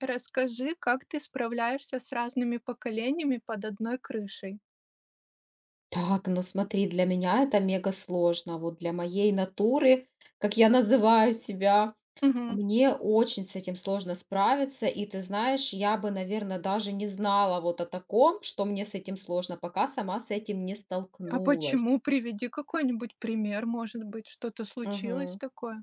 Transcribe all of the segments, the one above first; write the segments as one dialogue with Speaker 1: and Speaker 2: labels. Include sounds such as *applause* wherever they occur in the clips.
Speaker 1: Расскажи, как ты справляешься с разными поколениями под одной крышей?
Speaker 2: Так, ну смотри, для меня это мега сложно. Вот для моей натуры, как я называю себя,
Speaker 1: Мгм.
Speaker 2: мне очень с этим сложно справиться. И ты знаешь, я бы, наверное, даже не знала вот о таком, что мне с этим сложно, пока сама с этим не
Speaker 1: А почему?
Speaker 2: столкнулась.
Speaker 1: Приведи какой-нибудь пример, может быть, что-то случилось
Speaker 2: Мгм.
Speaker 1: такое?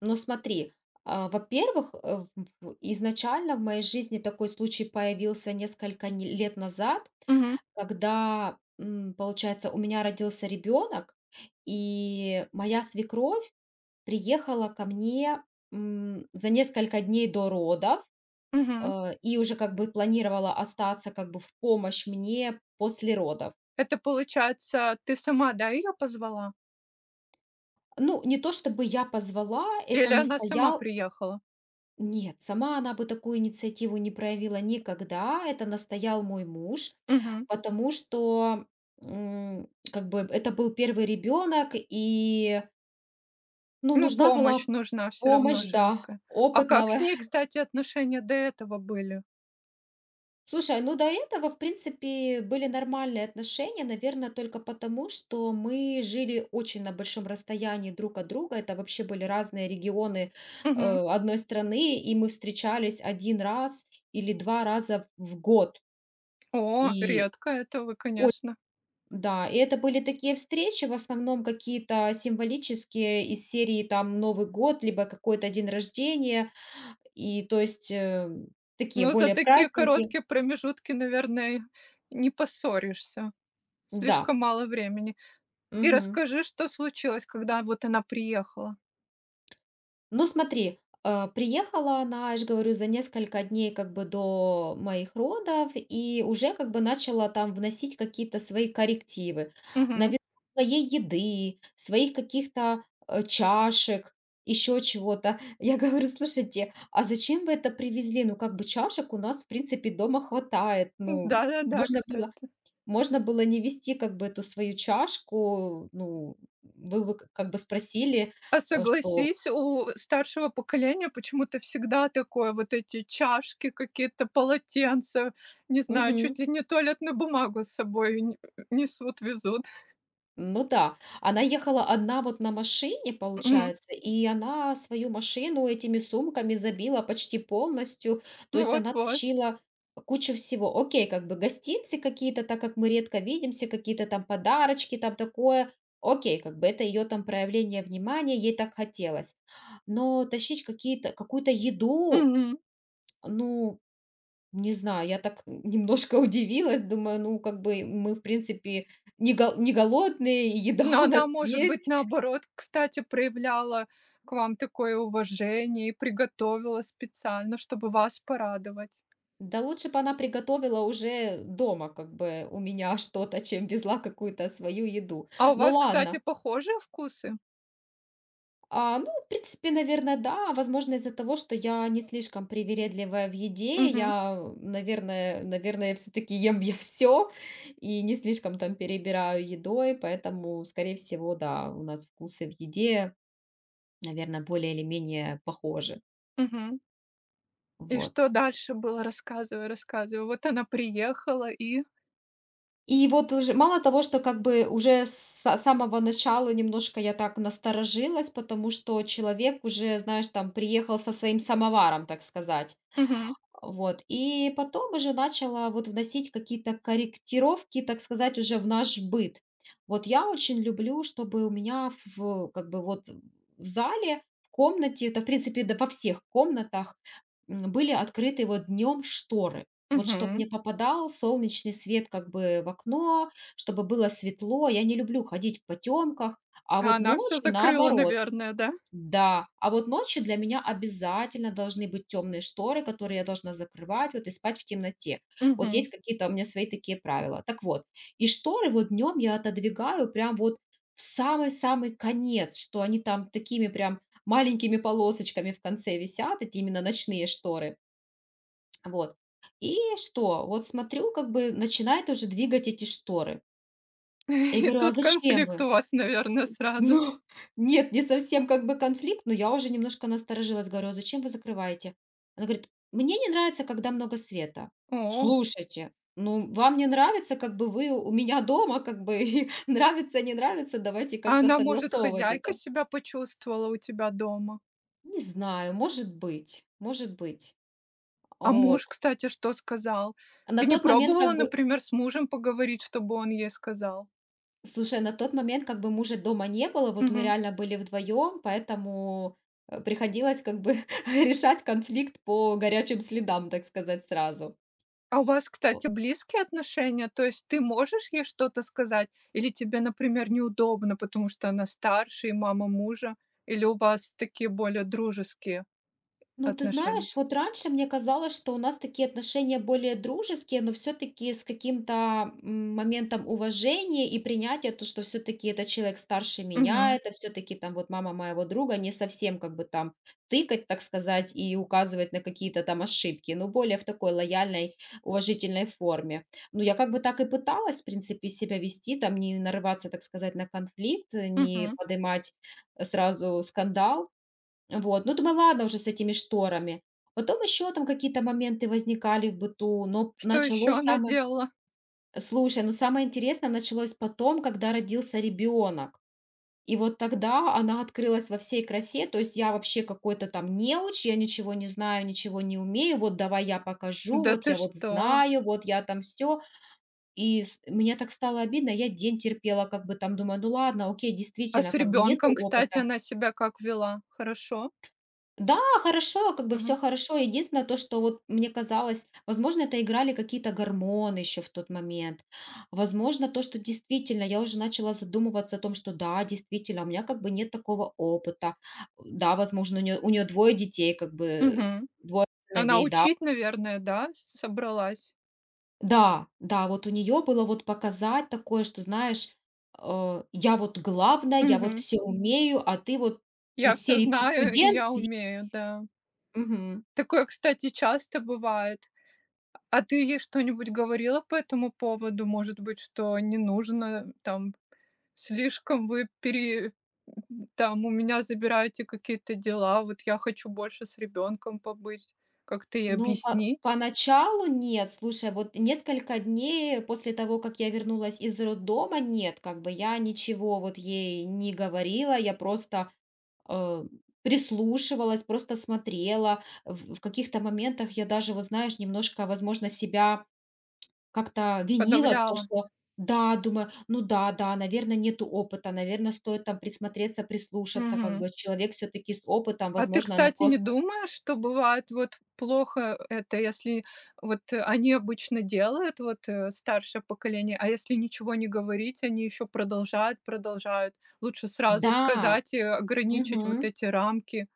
Speaker 2: Ну смотри, а, во-первых, изначально в моей жизни такой случай появился несколько лет назад.
Speaker 1: Мгм.
Speaker 2: Когда, получается, у меня родился ребенок, и моя свекровь приехала ко мне, за несколько дней до родов,
Speaker 1: Мгм.
Speaker 2: и уже как бы планировала остаться как бы в помощь мне после родов.
Speaker 1: Это получается, ты сама, да, ее позвала?
Speaker 2: Ну, не то чтобы я позвала, это
Speaker 1: Или она сама
Speaker 2: настоял.
Speaker 1: приехала?
Speaker 2: Нет, сама она бы такую инициативу не проявила никогда, это настоял мой муж,
Speaker 1: Мгм.
Speaker 2: потому что, как бы это был первый ребенок, и ну,
Speaker 1: Ну,
Speaker 2: нужна была
Speaker 1: помощь нужна все равно
Speaker 2: помощь, да,
Speaker 1: женская. А как с
Speaker 2: опытного.
Speaker 1: ней,
Speaker 2: *laughs*
Speaker 1: кстати, отношения до этого были?
Speaker 2: Слушай, ну до этого, в принципе, были нормальные отношения, наверное, только потому, что мы жили очень на большом расстоянии друг от друга. Это вообще были разные регионы
Speaker 1: Мгм.
Speaker 2: одной страны, и мы встречались один раз или два раза в год.
Speaker 1: О,
Speaker 2: И
Speaker 1: редко это вы,
Speaker 2: о-
Speaker 1: конечно.
Speaker 2: да, и это были такие встречи, в основном какие-то символические из серии там Новый год, либо какой-то день рождения. И то есть, такие
Speaker 1: Но за
Speaker 2: более
Speaker 1: такие
Speaker 2: праздники.
Speaker 1: короткие промежутки, наверное, не поссоришься.
Speaker 2: Да,
Speaker 1: Слишком мало времени. И
Speaker 2: мгм.
Speaker 1: расскажи, что случилось, когда вот она приехала.
Speaker 2: Но смотри, приехала она, я же говорю, за несколько дней как бы до моих родов и уже как бы начала там вносить какие-то свои коррективы.
Speaker 1: Мгм.
Speaker 2: Навела своей еды, своих каких-то, чашек, еще чего-то. *laughs* Я говорю: "Слушайте, а зачем вы это привезли? Ну, как бы чашек у нас, в принципе, дома хватает. Ну,
Speaker 1: Да-да-да,
Speaker 2: можно было.
Speaker 1: кстати.
Speaker 2: Можно было не вести как бы эту свою чашку, ну, вы бы к как бы спросили,
Speaker 1: А
Speaker 2: что".
Speaker 1: согласись, у старшего поколения почему-то всегда такое, вот эти чашки какие-то, полотенца, не знаю, чуть
Speaker 2: Мгм.
Speaker 1: ли не туалетную бумагу с собой н несут, везут.
Speaker 2: Ну да. Она ехала одна вот на машине,
Speaker 1: Мгм.
Speaker 2: получается, и она свою машину этими сумками забила почти полностью. То есть она
Speaker 1: Вот-вот.
Speaker 2: тащила кучу всего. Окей, как бы гостинцы какие-то, так как мы редко видимся, какие-то там подарочки, там такое. Окей, как бы это ее там проявление внимания, ей так хотелось. Но тащить какие-то какую-то еду.
Speaker 1: Мгм.
Speaker 2: Ну, не знаю, я так немножко *laughs* удивилась, думаю, ну, как бы мы, в принципе, не голодные, и еда *laughs*
Speaker 1: Но
Speaker 2: у нас
Speaker 1: она, может быть,
Speaker 2: есть.
Speaker 1: наоборот, кстати, проявляла к вам такое уважение и приготовила специально, чтобы вас порадовать.
Speaker 2: Да лучше бы она приготовила уже дома, как бы у меня *laughs* что-то, чем везла какую-то свою еду.
Speaker 1: А у
Speaker 2: Ну
Speaker 1: вас, кстати,
Speaker 2: ладно.
Speaker 1: похожие вкусы?
Speaker 2: Ну, в принципе, наверное, да. Возможно, из-за того, что я не слишком привередливая в еде,
Speaker 1: Мгм,
Speaker 2: я, наверное, все-таки ем я *laughs* все и не слишком там перебираю едой, поэтому, скорее всего, да, у нас вкусы в еде, наверное, более или менее похожи.
Speaker 1: мгм. И
Speaker 2: Вот.
Speaker 1: что дальше было? Рассказывай, рассказывай. Вот она приехала и
Speaker 2: И вот уже мало того, что как бы уже с са самого начала немножко я так насторожилась, потому что человек уже, знаешь, там приехал со своим самоваром, так сказать.
Speaker 1: Мгм,
Speaker 2: Вот. И потом уже начала вот вносить какие-то корректировки, так сказать, уже в наш быт. Вот я очень люблю, чтобы у меня как бы вот в зале, в комнате, это в принципе да во всех комнатах были открыты вот днем шторы. Вот чтобы
Speaker 1: мгм.
Speaker 2: не попадал солнечный свет как бы в окно, чтобы было светло. Я не люблю ходить в потемках, а
Speaker 1: А
Speaker 2: вот
Speaker 1: она все
Speaker 2: ночью
Speaker 1: закрыла,
Speaker 2: наоборот.
Speaker 1: наверное, да?
Speaker 2: Да, а вот ночью для меня обязательно должны быть темные шторы, которые я должна закрывать, вот и спать в темноте.
Speaker 1: *laughs*
Speaker 2: Вот
Speaker 1: Мгм.
Speaker 2: есть какие-то у меня свои такие правила. Так вот, и шторы вот днем я отодвигаю прям вот в самый-самый конец, что они там такими прям маленькими полосочками в конце висят, эти именно ночные шторы. Вот. И что? Вот смотрю, как бы начинает уже двигать эти шторы. И
Speaker 1: И
Speaker 2: говорю: "А
Speaker 1: тут
Speaker 2: зачем
Speaker 1: конфликт
Speaker 2: вы?"
Speaker 1: у вас, наверное, сразу.
Speaker 2: Ну, нет, не совсем как бы конфликт, но я уже немножко насторожилась, говорю: "А зачем вы закрываете?" Она говорит: "Мне не нравится, когда много света".
Speaker 1: О.
Speaker 2: Слушайте, ну, вам не нравится, как бы вы у меня дома, как бы *laughs* и нравится, не нравится, давайте
Speaker 1: А
Speaker 2: как-то
Speaker 1: она, может,
Speaker 2: согласовывать
Speaker 1: хозяйка
Speaker 2: это.
Speaker 1: себя почувствовала у тебя дома?
Speaker 2: Не знаю, может быть, может быть.
Speaker 1: А
Speaker 2: Вот.
Speaker 1: муж, кстати, что сказал?
Speaker 2: На
Speaker 1: Ты не
Speaker 2: тот момент
Speaker 1: пробовала,
Speaker 2: как бы.
Speaker 1: например, с мужем поговорить, чтобы он ей сказал?
Speaker 2: Слушай, на тот момент как бы мужа дома не было, вот мы
Speaker 1: Мгм.
Speaker 2: реально были вдвоем, поэтому, приходилось как бы *laughs* решать конфликт по горячим следам, так сказать, сразу.
Speaker 1: А у вас, кстати, близкие отношения? То есть ты можешь ей что-то сказать? Или тебе, например, неудобно, потому что она старше и мама мужа? Или у вас такие более дружеские
Speaker 2: Ну, ты
Speaker 1: отношения?
Speaker 2: знаешь, вот раньше мне казалось, что у нас такие отношения более дружеские, но все-таки с каким-то моментом уважения и принятия, то, что все-таки это человек старше меня,
Speaker 1: Мгм.
Speaker 2: это все-таки там вот мама моего друга, не совсем как бы там тыкать, так сказать, и указывать на какие-то там ошибки, но более в такой лояльной, уважительной форме. Ну, я как бы так и пыталась, в принципе, себя вести, там не нарываться, так сказать, на конфликт, не
Speaker 1: Мгм.
Speaker 2: поднимать сразу скандал, вот, ну, думаю, ладно уже с этими шторами. Потом еще там какие-то моменты возникали в быту, но
Speaker 1: Что еще
Speaker 2: началось
Speaker 1: она
Speaker 2: самое.
Speaker 1: делала?
Speaker 2: Слушай, ну, самое интересное началось потом, когда родился ребенок. И вот тогда она открылась во всей красе, то есть я вообще какой-то там неуч, я ничего не знаю, ничего не умею, вот давай я покажу,
Speaker 1: Да
Speaker 2: вот
Speaker 1: ты
Speaker 2: я вот
Speaker 1: что?
Speaker 2: знаю, вот я там все. И мне так стало обидно, я день терпела, как бы там думаю, ну ладно, окей,
Speaker 1: А
Speaker 2: действительно,
Speaker 1: с
Speaker 2: как бы нет
Speaker 1: ребенком, кстати,
Speaker 2: опыта.
Speaker 1: она себя как вела? Хорошо?
Speaker 2: Да, хорошо, как бы все
Speaker 1: Мгм.
Speaker 2: хорошо. Единственное то, что вот мне казалось, возможно, это играли какие-то гормоны еще в тот момент. Возможно, то, что действительно я уже начала задумываться о том, что да, действительно, у меня как бы нет такого опыта. Да, возможно, у нее двое детей, как бы,
Speaker 1: Мгм.
Speaker 2: двое
Speaker 1: Она
Speaker 2: сыновей, да.
Speaker 1: учить, наверное, да, собралась?
Speaker 2: Да, да, вот у нее было вот показать такое, что, знаешь, я вот главная, я вот
Speaker 1: Мгм.
Speaker 2: все умею, а ты вот
Speaker 1: Я
Speaker 2: из
Speaker 1: все
Speaker 2: серии: "Ты
Speaker 1: знаю и
Speaker 2: студент,
Speaker 1: я
Speaker 2: сиди".
Speaker 1: умею, да. Такое, кстати, часто бывает. А ты ей что-нибудь говорила по этому поводу? Может быть, что не нужно, там, слишком вы пере там, у меня забираете какие-то дела, вот я хочу больше с ребенком побыть. Как-то ей
Speaker 2: Ну, по
Speaker 1: объяснить?
Speaker 2: поначалу нет. Слушай, вот несколько дней после того, как я вернулась из роддома, нет, как бы я ничего вот ей не говорила, я просто, э, прислушивалась, просто смотрела. В каких-то моментах я даже, вот знаешь, немножко, возможно, себя как-то винила, то,
Speaker 1: Подавляла.
Speaker 2: что да, думаю, ну да, да, наверное, нету опыта, наверное, стоит там присмотреться, прислушаться, как
Speaker 1: Мгм.
Speaker 2: бы человек все таки с опытом,
Speaker 1: А ты,
Speaker 2: возможно, она
Speaker 1: кстати, не
Speaker 2: просто.
Speaker 1: думаешь, что бывает вот плохо это, если вот они обычно делают, вот старшее поколение, а если ничего не говорить, они еще продолжают, продолжают. Лучше сразу
Speaker 2: Да,
Speaker 1: сказать и ограничить вот
Speaker 2: мгм.
Speaker 1: эти рамки.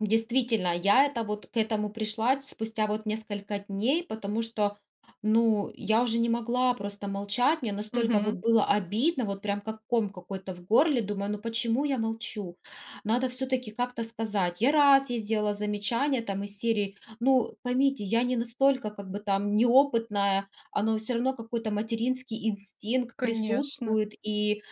Speaker 2: Действительно, я это вот к этому пришла спустя вот несколько дней, потому что, ну, я уже не могла просто молчать, мне настолько вот
Speaker 1: Мгм.
Speaker 2: было обидно, вот прям как ком какой-то в горле, думаю, ну почему я молчу? Надо все-таки как-то сказать. Я раз ей сделала замечание там из серии: "Ну, поймите, я не настолько как бы там неопытная, оно все равно какой-то материнский инстинкт
Speaker 1: Конечно,
Speaker 2: присутствует, и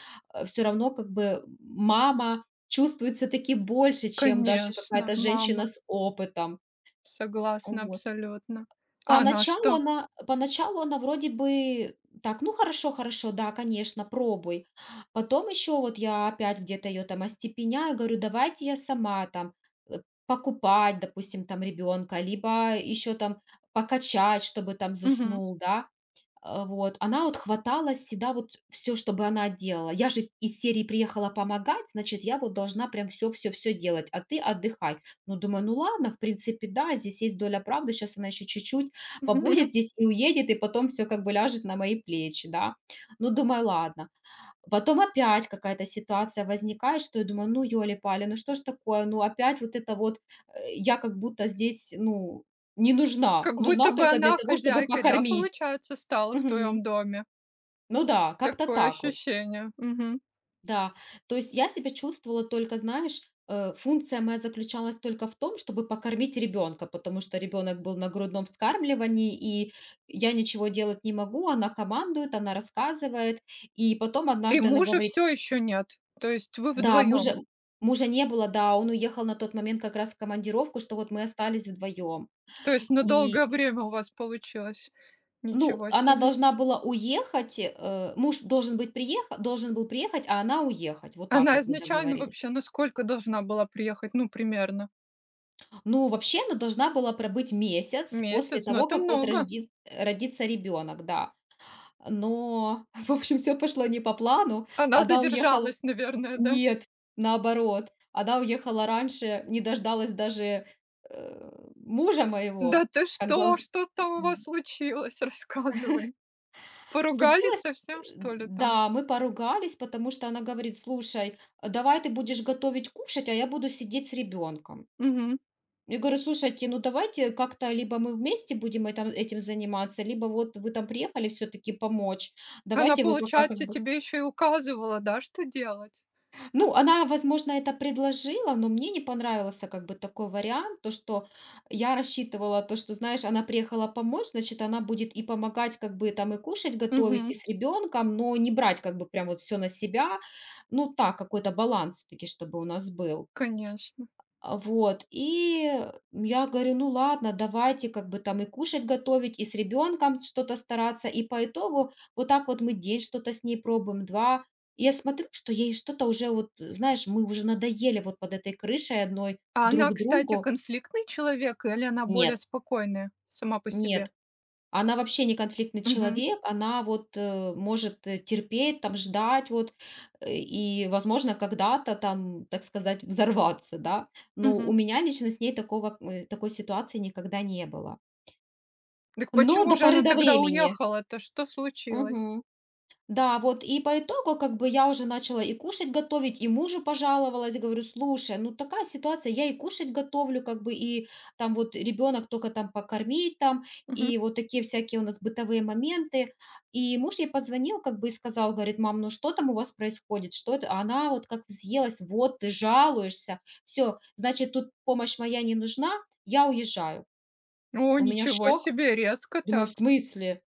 Speaker 2: все равно как бы мама чувствует всё-таки больше, чем даже
Speaker 1: конечно,
Speaker 2: какая-то женщина
Speaker 1: мама,
Speaker 2: с опытом".
Speaker 1: согласна
Speaker 2: Вот.
Speaker 1: абсолютно. А она
Speaker 2: Поначалу
Speaker 1: что?
Speaker 2: она поначалу она вроде бы так: "Ну, хорошо, хорошо, да, конечно, пробуй". Потом еще вот я опять где-то ее там остепеняю, говорю: "Давайте я сама там, э, покупать, допустим, там ребенка либо еще там покачать, чтобы там
Speaker 1: Мгм.
Speaker 2: заснул, да". Вот. Она вот хваталась всегда вот все, чтобы она делала. Я же из серии приехала помогать, значит, я вот должна прям все, все, все делать, а ты отдыхай. Ну, думаю, ну ладно, в принципе, да, здесь есть доля правды. Сейчас она еще чуть-чуть побудет здесь
Speaker 1: *laughs*
Speaker 2: и уедет, и потом все как бы ляжет на мои плечи, да. Ну, думаю, ладно. Потом опять какая-то ситуация возникает, что я думаю, ну, ёли-пали, ну что ж такое, ну опять вот это вот, я как будто здесь, ну, не нужна,
Speaker 1: Как будто
Speaker 2: нужна
Speaker 1: бы
Speaker 2: только для
Speaker 1: она
Speaker 2: того, чтобы
Speaker 1: хозяйкой, да,
Speaker 2: покормить.
Speaker 1: получается, стала в твоем доме.
Speaker 2: Ну да, как-то
Speaker 1: Такое
Speaker 2: так вот,
Speaker 1: ощущение. Мгм.
Speaker 2: да. То есть я себя чувствовала только, знаешь, функция моя заключалась только в том, чтобы покормить ребенка, потому что ребенок был на грудном вскармливании, и я ничего делать не могу, она командует, она рассказывает, и потом
Speaker 1: И
Speaker 2: однажды она
Speaker 1: мужа
Speaker 2: говорит.
Speaker 1: все еще нет. То есть вы
Speaker 2: Да, мужа,
Speaker 1: вдвоем.
Speaker 2: мужа не было, да, он уехал на тот момент как раз в командировку, что вот мы остались вдвоем.
Speaker 1: То есть на долгое
Speaker 2: И
Speaker 1: время у вас получилось.
Speaker 2: ну,
Speaker 1: Ничего
Speaker 2: она
Speaker 1: себе.
Speaker 2: должна была уехать, муж должен был приехать, а она уехать. Вот так
Speaker 1: Она
Speaker 2: вот мы
Speaker 1: изначально
Speaker 2: договорились.
Speaker 1: вообще насколько должна была приехать? Ну, примерно
Speaker 2: Ну, вообще она должна была пробыть месяц после
Speaker 1: месяц, но
Speaker 2: того,
Speaker 1: это
Speaker 2: как вот
Speaker 1: много.
Speaker 2: рожди родится ребенок, да. Но, *laughs* в общем, все пошло не по плану.
Speaker 1: Она
Speaker 2: Она уехала,
Speaker 1: задержалась, наверное, да?
Speaker 2: нет, наоборот. Она уехала раньше, не дождалась даже, мужа
Speaker 1: Да
Speaker 2: моего,
Speaker 1: ты
Speaker 2: как долж
Speaker 1: что? Что там у вас
Speaker 2: м.
Speaker 1: случилось? *laughs* Рассказывай. Поругались
Speaker 2: Случилось,
Speaker 1: совсем, что ли, там?
Speaker 2: да, мы поругались, потому что она говорит: "Слушай, давай ты будешь готовить кушать, а я буду сидеть с ребенком".
Speaker 1: Мгм.
Speaker 2: Я говорю: "Слушайте, ну давайте как-то либо мы вместе будем этом этим заниматься, либо вот вы там приехали все таки помочь.
Speaker 1: Она,
Speaker 2: Давайте вы пока как
Speaker 1: получается,
Speaker 2: бы".
Speaker 1: тебе еще и указывала, да, что делать?
Speaker 2: Ну, она, возможно, это предложила, но мне не понравился как бы такой вариант, то, что я рассчитывала, то, что, знаешь, она приехала помочь, значит, она будет и помогать, как бы там и кушать готовить,
Speaker 1: Угу.
Speaker 2: и с ребенком, но не брать как бы прям вот все на себя. Ну так, какой-то баланс всё-таки, чтобы у нас был.
Speaker 1: Конечно.
Speaker 2: Вот, и я говорю: "Ну ладно, давайте как бы там и кушать готовить, и с ребенком что-то стараться". И по итогу вот так вот мы день что-то с ней пробуем, 2. И я смотрю, что ей что-то уже вот, знаешь, мы уже надоели вот под этой крышей одной
Speaker 1: А она,
Speaker 2: друг
Speaker 1: кстати,
Speaker 2: другу.
Speaker 1: конфликтный человек или она более
Speaker 2: Нет,
Speaker 1: спокойная сама по
Speaker 2: нет,
Speaker 1: себе?
Speaker 2: она вообще не конфликтный
Speaker 1: Мгм,
Speaker 2: человек, она вот, может, терпеть, там, ждать вот, и, возможно, когда-то там, так сказать, взорваться, да. Но
Speaker 1: мгм.
Speaker 2: у меня лично с ней такого, такой ситуации никогда не было.
Speaker 1: Так
Speaker 2: Но
Speaker 1: почему
Speaker 2: до
Speaker 1: же
Speaker 2: поры
Speaker 1: она
Speaker 2: до
Speaker 1: тогда
Speaker 2: времени.
Speaker 1: уехала-то? Что случилось?
Speaker 2: Мгм. Да, вот и по итогу как бы я уже начала и кушать готовить, и мужу пожаловалась, говорю: "Слушай, ну такая ситуация, я и кушать готовлю, как бы, и там вот ребенок только там покормить там".
Speaker 1: Мгм.
Speaker 2: И вот такие всякие у нас бытовые моменты. И муж ей позвонил как бы и сказал, говорит: "Мам, ну что там у вас происходит? Что это?" А она вот как взъелась: "Вот ты жалуешься. Все, значит, тут помощь моя не нужна, я уезжаю".
Speaker 1: О,
Speaker 2: У меня
Speaker 1: ничего
Speaker 2: шок.
Speaker 1: себе, резко
Speaker 2: Думаю: "В
Speaker 1: так.
Speaker 2: смысле?"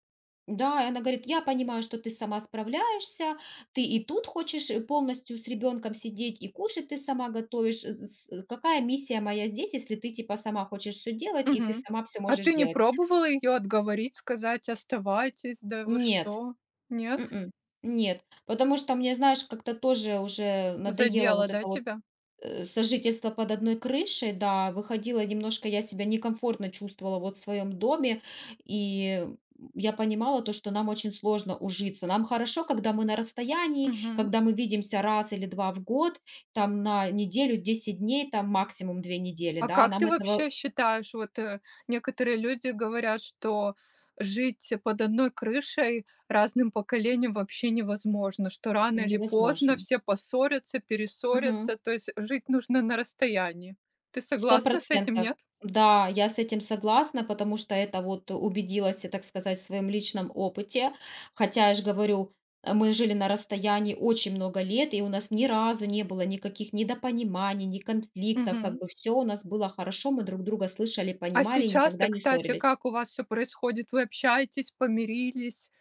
Speaker 2: Да, и она говорит: "Я понимаю, что ты сама справляешься, ты и тут хочешь, полностью с ребенком сидеть, и кушать ты сама готовишь. З з Какая миссия моя здесь, если ты, типа, сама хочешь все делать, и ты
Speaker 1: Мгм.
Speaker 2: сама все
Speaker 1: А
Speaker 2: можешь
Speaker 1: ты не
Speaker 2: делать?"
Speaker 1: пробовала ее отговорить, сказать: "Оставайтесь, да вы
Speaker 2: Нет,
Speaker 1: что"? Нет?
Speaker 2: м нет, потому что мне, знаешь, как-то тоже уже надоело вот
Speaker 1: Задело, да,
Speaker 2: это вот
Speaker 1: тебя?
Speaker 2: сожительство под одной крышей, да, выходила немножко, я себя некомфортно чувствовала вот в своем доме, и я понимала то, что нам очень сложно ужиться. Нам хорошо, когда мы на расстоянии,
Speaker 1: Мгм.
Speaker 2: когда мы видимся раз или два в год, там на неделю, 10 дней, там максимум 2 недели,
Speaker 1: А
Speaker 2: да,
Speaker 1: как
Speaker 2: нам
Speaker 1: ты
Speaker 2: этого
Speaker 1: вообще считаешь, вот, некоторые люди говорят, что жить под одной крышей разным поколениям вообще невозможно, что рано или поздно
Speaker 2: невозможно.
Speaker 1: все поссорятся, перессорятся, то есть жить нужно на расстоянии. Ты
Speaker 2: Сто
Speaker 1: согласна с этим,
Speaker 2: процентов.
Speaker 1: нет?
Speaker 2: Да, я с этим согласна, потому что это вот убедилась я, так сказать, в своем личном опыте. Хотя, я же говорю, мы жили на расстоянии очень много лет, и у нас ни разу не было никаких недопониманий, ни конфликтов. Как
Speaker 1: Мгм.
Speaker 2: бы все у нас было хорошо, мы друг друга слышали,
Speaker 1: А
Speaker 2: понимали и
Speaker 1: сейчас-то,
Speaker 2: никогда не
Speaker 1: кстати,
Speaker 2: ссорились.
Speaker 1: как у вас все происходит? Вы общаетесь, помирились?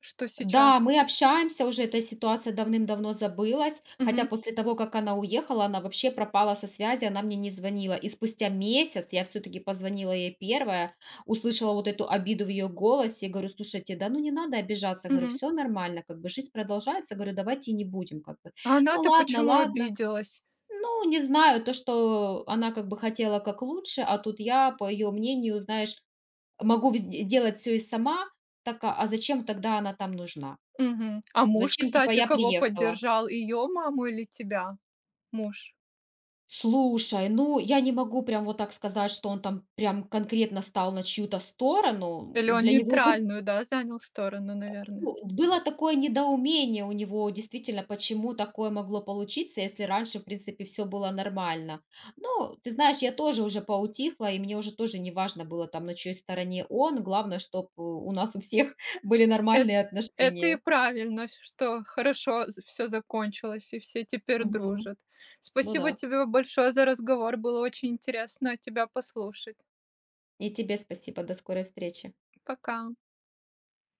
Speaker 1: Что
Speaker 2: Да,
Speaker 1: сейчас?
Speaker 2: мы общаемся уже, эта ситуация давным-давно забылась, хотя
Speaker 1: Мгм,
Speaker 2: после того, как она уехала, она вообще пропала со связи, она мне не звонила. И спустя месяц я все-таки позвонила ей первая, услышала вот эту обиду в ее голосе, говорю: "Слушайте, да ну не надо обижаться", говорю:
Speaker 1: мгм.
Speaker 2: "Все нормально, как бы жизнь продолжается", говорю: "Давайте и не будем, как бы".
Speaker 1: А
Speaker 2: Ну
Speaker 1: она-то
Speaker 2: ладно,
Speaker 1: почему
Speaker 2: ладно.
Speaker 1: обиделась?
Speaker 2: Ну, не знаю, то, что она как бы хотела как лучше, а тут я, по ее мнению, знаешь, могу делать все и сама, так, а зачем тогда она там нужна?
Speaker 1: Мгм. А муж,
Speaker 2: Зачем, типа,
Speaker 1: кстати,
Speaker 2: я
Speaker 1: кого
Speaker 2: приехала?
Speaker 1: поддержал? Ее маму или тебя? Муж.
Speaker 2: Слушай, ну, я не могу прям вот так сказать, что он там прям конкретно стал на чью-то сторону.
Speaker 1: Или он
Speaker 2: Для него это,
Speaker 1: нейтральную, да, занял сторону, наверное.
Speaker 2: ну, было такое недоумение у него, действительно, почему такое могло получиться, если раньше, в принципе, все было нормально. Ну, ты знаешь, я тоже уже поутихла, и мне уже тоже не важно было там, на чьей стороне он. Главное, чтобы у нас у всех *laughs* были
Speaker 1: Эт
Speaker 2: нормальные
Speaker 1: Это и
Speaker 2: отношения.
Speaker 1: правильно, что хорошо все закончилось, и все теперь
Speaker 2: Мгм.
Speaker 1: дружат.
Speaker 2: Ну да.
Speaker 1: Спасибо тебе большое за разговор. Было очень интересно тебя послушать.
Speaker 2: И тебе спасибо. До скорой встречи.
Speaker 1: Пока.